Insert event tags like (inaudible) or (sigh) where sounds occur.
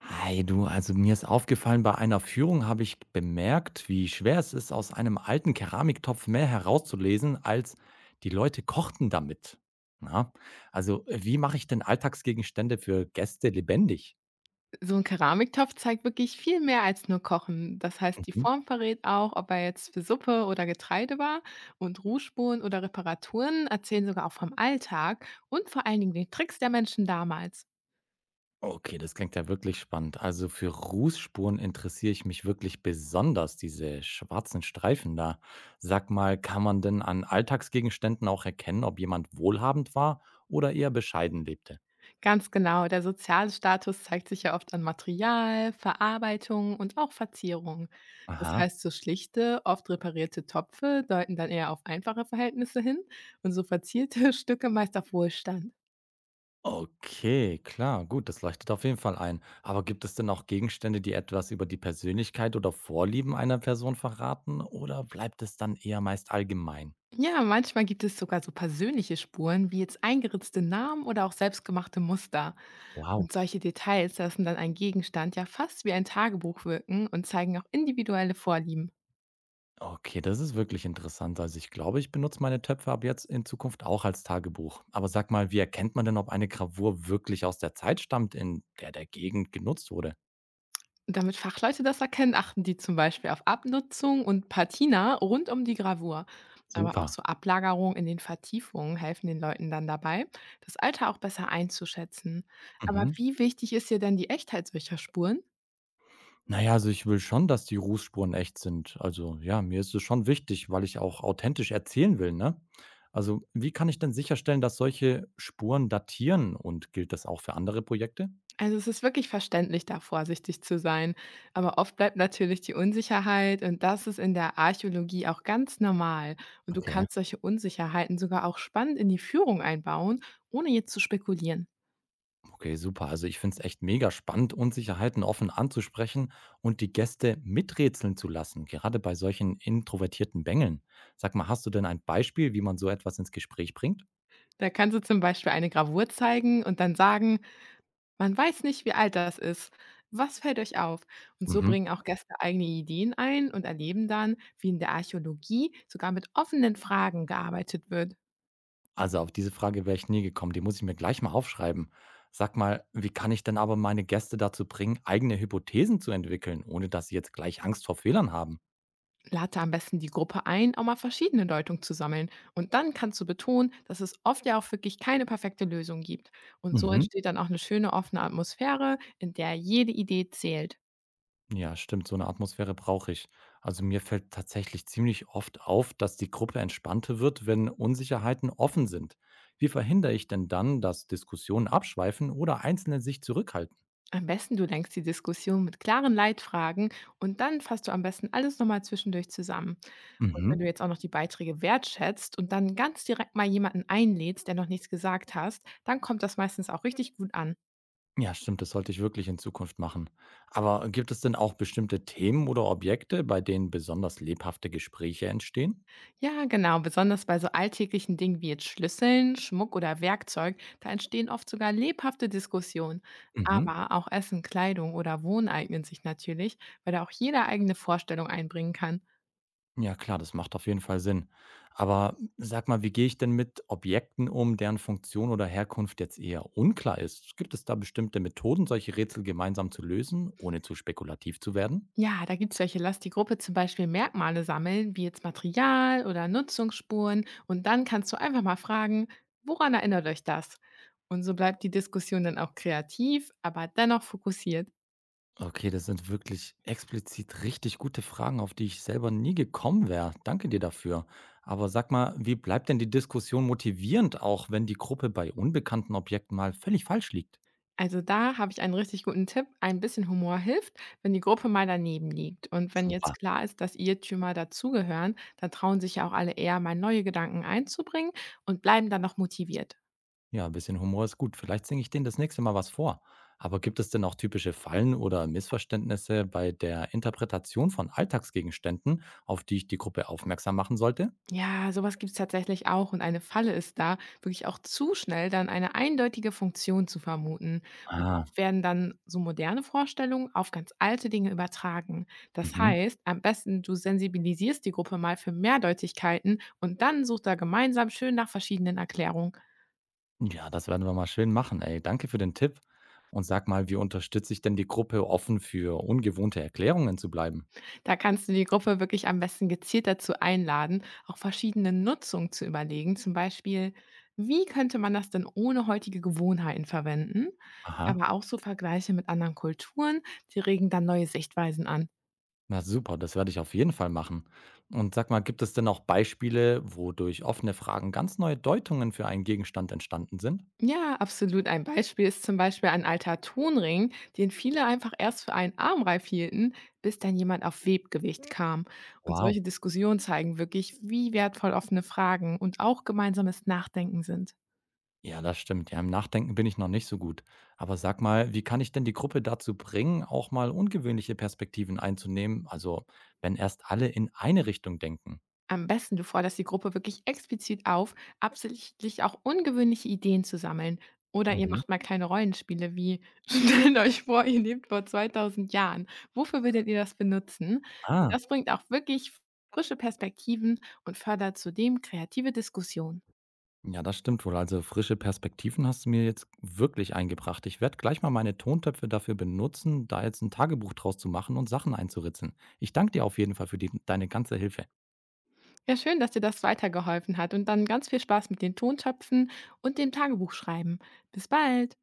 Hi du, also mir ist aufgefallen, bei einer Führung habe ich bemerkt, wie schwer es ist, aus einem alten Keramiktopf mehr herauszulesen, als die Leute kochten damit. Na, wie mache ich denn Alltagsgegenstände für Gäste lebendig? So ein Keramiktopf zeigt wirklich viel mehr als nur Kochen. Das heißt, die Mhm. Form verrät auch, ob er jetzt für Suppe oder Getreide war, und Rußspuren oder Reparaturen erzählen sogar auch vom Alltag und vor allen Dingen den Tricks der Menschen damals. Okay, das klingt ja wirklich spannend. Also für Rußspuren interessiere ich mich wirklich besonders, diese schwarzen Streifen da. Sag mal, kann man denn an Alltagsgegenständen auch erkennen, ob jemand wohlhabend war oder eher bescheiden lebte? Ganz genau, der soziale Status zeigt sich ja oft an Material, Verarbeitung und auch Verzierung. Das Aha. heißt, so schlichte, oft reparierte Topfe deuten dann eher auf einfache Verhältnisse hin und so verzierte (laughs) Stücke meist auf Wohlstand. Okay, klar, gut, das leuchtet auf jeden Fall ein. Aber gibt es denn auch Gegenstände, die etwas über die Persönlichkeit oder Vorlieben einer Person verraten oder bleibt es dann eher meist allgemein? Ja, manchmal gibt es sogar so persönliche Spuren, wie jetzt eingeritzte Namen oder auch selbstgemachte Muster. Wow. Und solche Details lassen dann einen Gegenstand ja fast wie ein Tagebuch wirken und zeigen auch individuelle Vorlieben. Okay, das ist wirklich interessant. Also ich glaube, ich benutze meine Töpfe ab jetzt in Zukunft auch als Tagebuch. Aber sag mal, wie erkennt man denn, ob eine Gravur wirklich aus der Zeit stammt, in der Gegend genutzt wurde? Und damit Fachleute das erkennen, achten die zum Beispiel auf Abnutzung und Patina rund um die Gravur. Aber auch Super. so Ablagerungen in den Vertiefungen helfen den Leuten dann dabei, das Alter auch besser einzuschätzen. Aber Mhm. wie wichtig ist dir denn die Echtheit solcher Spuren? Na ja, also ich will schon, dass die Rußspuren echt sind. Also, ja, mir ist es schon wichtig, weil ich auch authentisch erzählen will, ne? Also, wie kann ich denn sicherstellen, dass solche Spuren datieren und gilt das auch für andere Projekte? Also es ist wirklich verständlich, da vorsichtig zu sein. Aber oft bleibt natürlich die Unsicherheit, und das ist in der Archäologie auch ganz normal. Und du Okay, kannst solche Unsicherheiten sogar auch spannend in die Führung einbauen, ohne jetzt zu spekulieren. okay, super. Also ich finde es echt mega spannend, Unsicherheiten offen anzusprechen und die Gäste miträtseln zu lassen, gerade bei solchen introvertierten Bängeln. Sag mal, hast du denn ein Beispiel, wie man so etwas ins Gespräch bringt? Da kannst du zum Beispiel eine Gravur zeigen und dann sagen, man weiß nicht, wie alt das ist. Was fällt euch auf? Und so Mhm. bringen auch Gäste eigene Ideen ein und erleben dann, wie in der Archäologie sogar mit offenen Fragen gearbeitet wird. Also, auf diese Frage wäre ich nie gekommen. Die muss ich mir gleich mal aufschreiben. Sag mal, wie kann ich denn aber meine Gäste dazu bringen, eigene Hypothesen zu entwickeln, ohne dass sie jetzt gleich Angst vor Fehlern haben? Lade am besten die Gruppe ein, auch mal verschiedene Deutungen zu sammeln. Und dann kannst du betonen, dass es oft ja auch wirklich keine perfekte Lösung gibt. Und so Mhm. entsteht dann auch eine schöne offene Atmosphäre, in der jede Idee zählt. Ja, stimmt, so eine Atmosphäre brauche ich. Also, mir fällt tatsächlich ziemlich oft auf, dass die Gruppe entspannter wird, wenn Unsicherheiten offen sind. Wie verhindere ich denn dann, dass Diskussionen abschweifen oder Einzelne sich zurückhalten? Am besten du lenkst die Diskussion mit klaren Leitfragen, und dann fasst du am besten alles nochmal zwischendurch zusammen. Und wenn du Mhm. jetzt auch noch die Beiträge wertschätzt und dann ganz direkt mal jemanden einlädst, der noch nichts gesagt hast, dann kommt das meistens auch richtig gut an. Ja, stimmt, das sollte ich wirklich in Zukunft machen. Aber gibt es denn auch bestimmte Themen oder Objekte, bei denen besonders lebhafte Gespräche entstehen? Ja, genau. Besonders bei so alltäglichen Dingen wie jetzt Schlüsseln, Schmuck oder Werkzeug, da entstehen oft sogar lebhafte Diskussionen. Mhm. Aber auch Essen, Kleidung oder Wohnen eignen sich natürlich, weil da auch jeder eigene Vorstellung einbringen kann. Ja, klar, das macht auf jeden Fall Sinn. Aber sag mal, wie gehe ich denn mit Objekten um, deren Funktion oder Herkunft jetzt eher unklar ist? Gibt es da bestimmte Methoden, solche Rätsel gemeinsam zu lösen, ohne zu spekulativ zu werden? Ja, da gibt es welche. Lass die Gruppe zum Beispiel Merkmale sammeln, wie jetzt Material oder Nutzungsspuren. Und dann kannst du einfach mal fragen, woran erinnert euch das? Und so bleibt die Diskussion dann auch kreativ, aber dennoch fokussiert. Okay, das sind wirklich explizit richtig gute Fragen, auf die ich selber nie gekommen wäre. Danke dir dafür. Aber sag mal, wie bleibt denn die Diskussion motivierend, auch wenn die Gruppe bei unbekannten Objekten mal völlig falsch liegt? Also da habe ich einen richtig guten Tipp. Ein bisschen Humor hilft, wenn die Gruppe mal daneben liegt. Und wenn jetzt Super. klar ist, dass Irrtümer dazugehören, dann trauen sich ja auch alle eher, mal neue Gedanken einzubringen, und bleiben dann noch motiviert. Ja, ein bisschen Humor ist gut. Vielleicht singe ich denen das nächste Mal was vor. Aber gibt es denn auch typische Fallen oder Missverständnisse bei der Interpretation von Alltagsgegenständen, auf die ich die Gruppe aufmerksam machen sollte? Ja, sowas was gibt's tatsächlich auch, und eine Falle ist da, wirklich auch zu schnell dann eine eindeutige Funktion zu vermuten. Und Ah, oft werden dann so moderne Vorstellungen auf ganz alte Dinge übertragen. Das mhm. heißt, am besten du sensibilisierst die Gruppe mal für Mehrdeutigkeiten, und dann sucht da gemeinsam schön nach verschiedenen Erklärungen. Ja, das werden wir mal schön machen, ey. Danke für den Tipp. Und sag mal, wie unterstütze ich denn die Gruppe, offen für ungewohnte Erklärungen zu bleiben? Da kannst du die Gruppe wirklich am besten gezielt dazu einladen, auch verschiedene Nutzungen zu überlegen. Zum Beispiel, wie könnte man das denn ohne heutige Gewohnheiten verwenden? Aha. Aber auch so Vergleiche mit anderen Kulturen, die regen dann neue Sichtweisen an. Na super, das werde ich auf jeden Fall machen. Und sag mal, gibt es denn auch Beispiele, wo durch offene Fragen ganz neue Deutungen für einen Gegenstand entstanden sind? Ja, absolut. Ein Beispiel ist zum Beispiel ein alter Tonring, den viele einfach erst für einen Armreif hielten, bis dann jemand auf Webgewicht kam. Und Wow. solche Diskussionen zeigen wirklich, wie wertvoll offene Fragen und auch gemeinsames Nachdenken sind. Ja, das stimmt. Ja, im Nachdenken bin ich noch nicht so gut. Aber sag mal, wie kann ich denn die Gruppe dazu bringen, auch mal ungewöhnliche Perspektiven einzunehmen? Also, wenn erst alle in eine Richtung denken. Am besten, du forderst die Gruppe wirklich explizit auf, absichtlich auch ungewöhnliche Ideen zu sammeln. Oder ihr Mhm. macht mal kleine Rollenspiele wie (laughs) stellt euch vor, ihr lebt vor 2000 Jahren. Wofür würdet ihr das benutzen? Und Ah, das bringt auch wirklich frische Perspektiven und fördert zudem kreative Diskussion. ja, das stimmt wohl. Also frische Perspektiven hast du mir jetzt wirklich eingebracht. Ich werde gleich mal meine Tontöpfe dafür benutzen, da jetzt ein Tagebuch draus zu machen und Sachen einzuritzeln. Ich danke dir auf jeden Fall für deine ganze Hilfe. Ja, schön, dass dir das weitergeholfen hat, und dann ganz viel Spaß mit den Tontöpfen und dem Tagebuch schreiben. Bis bald.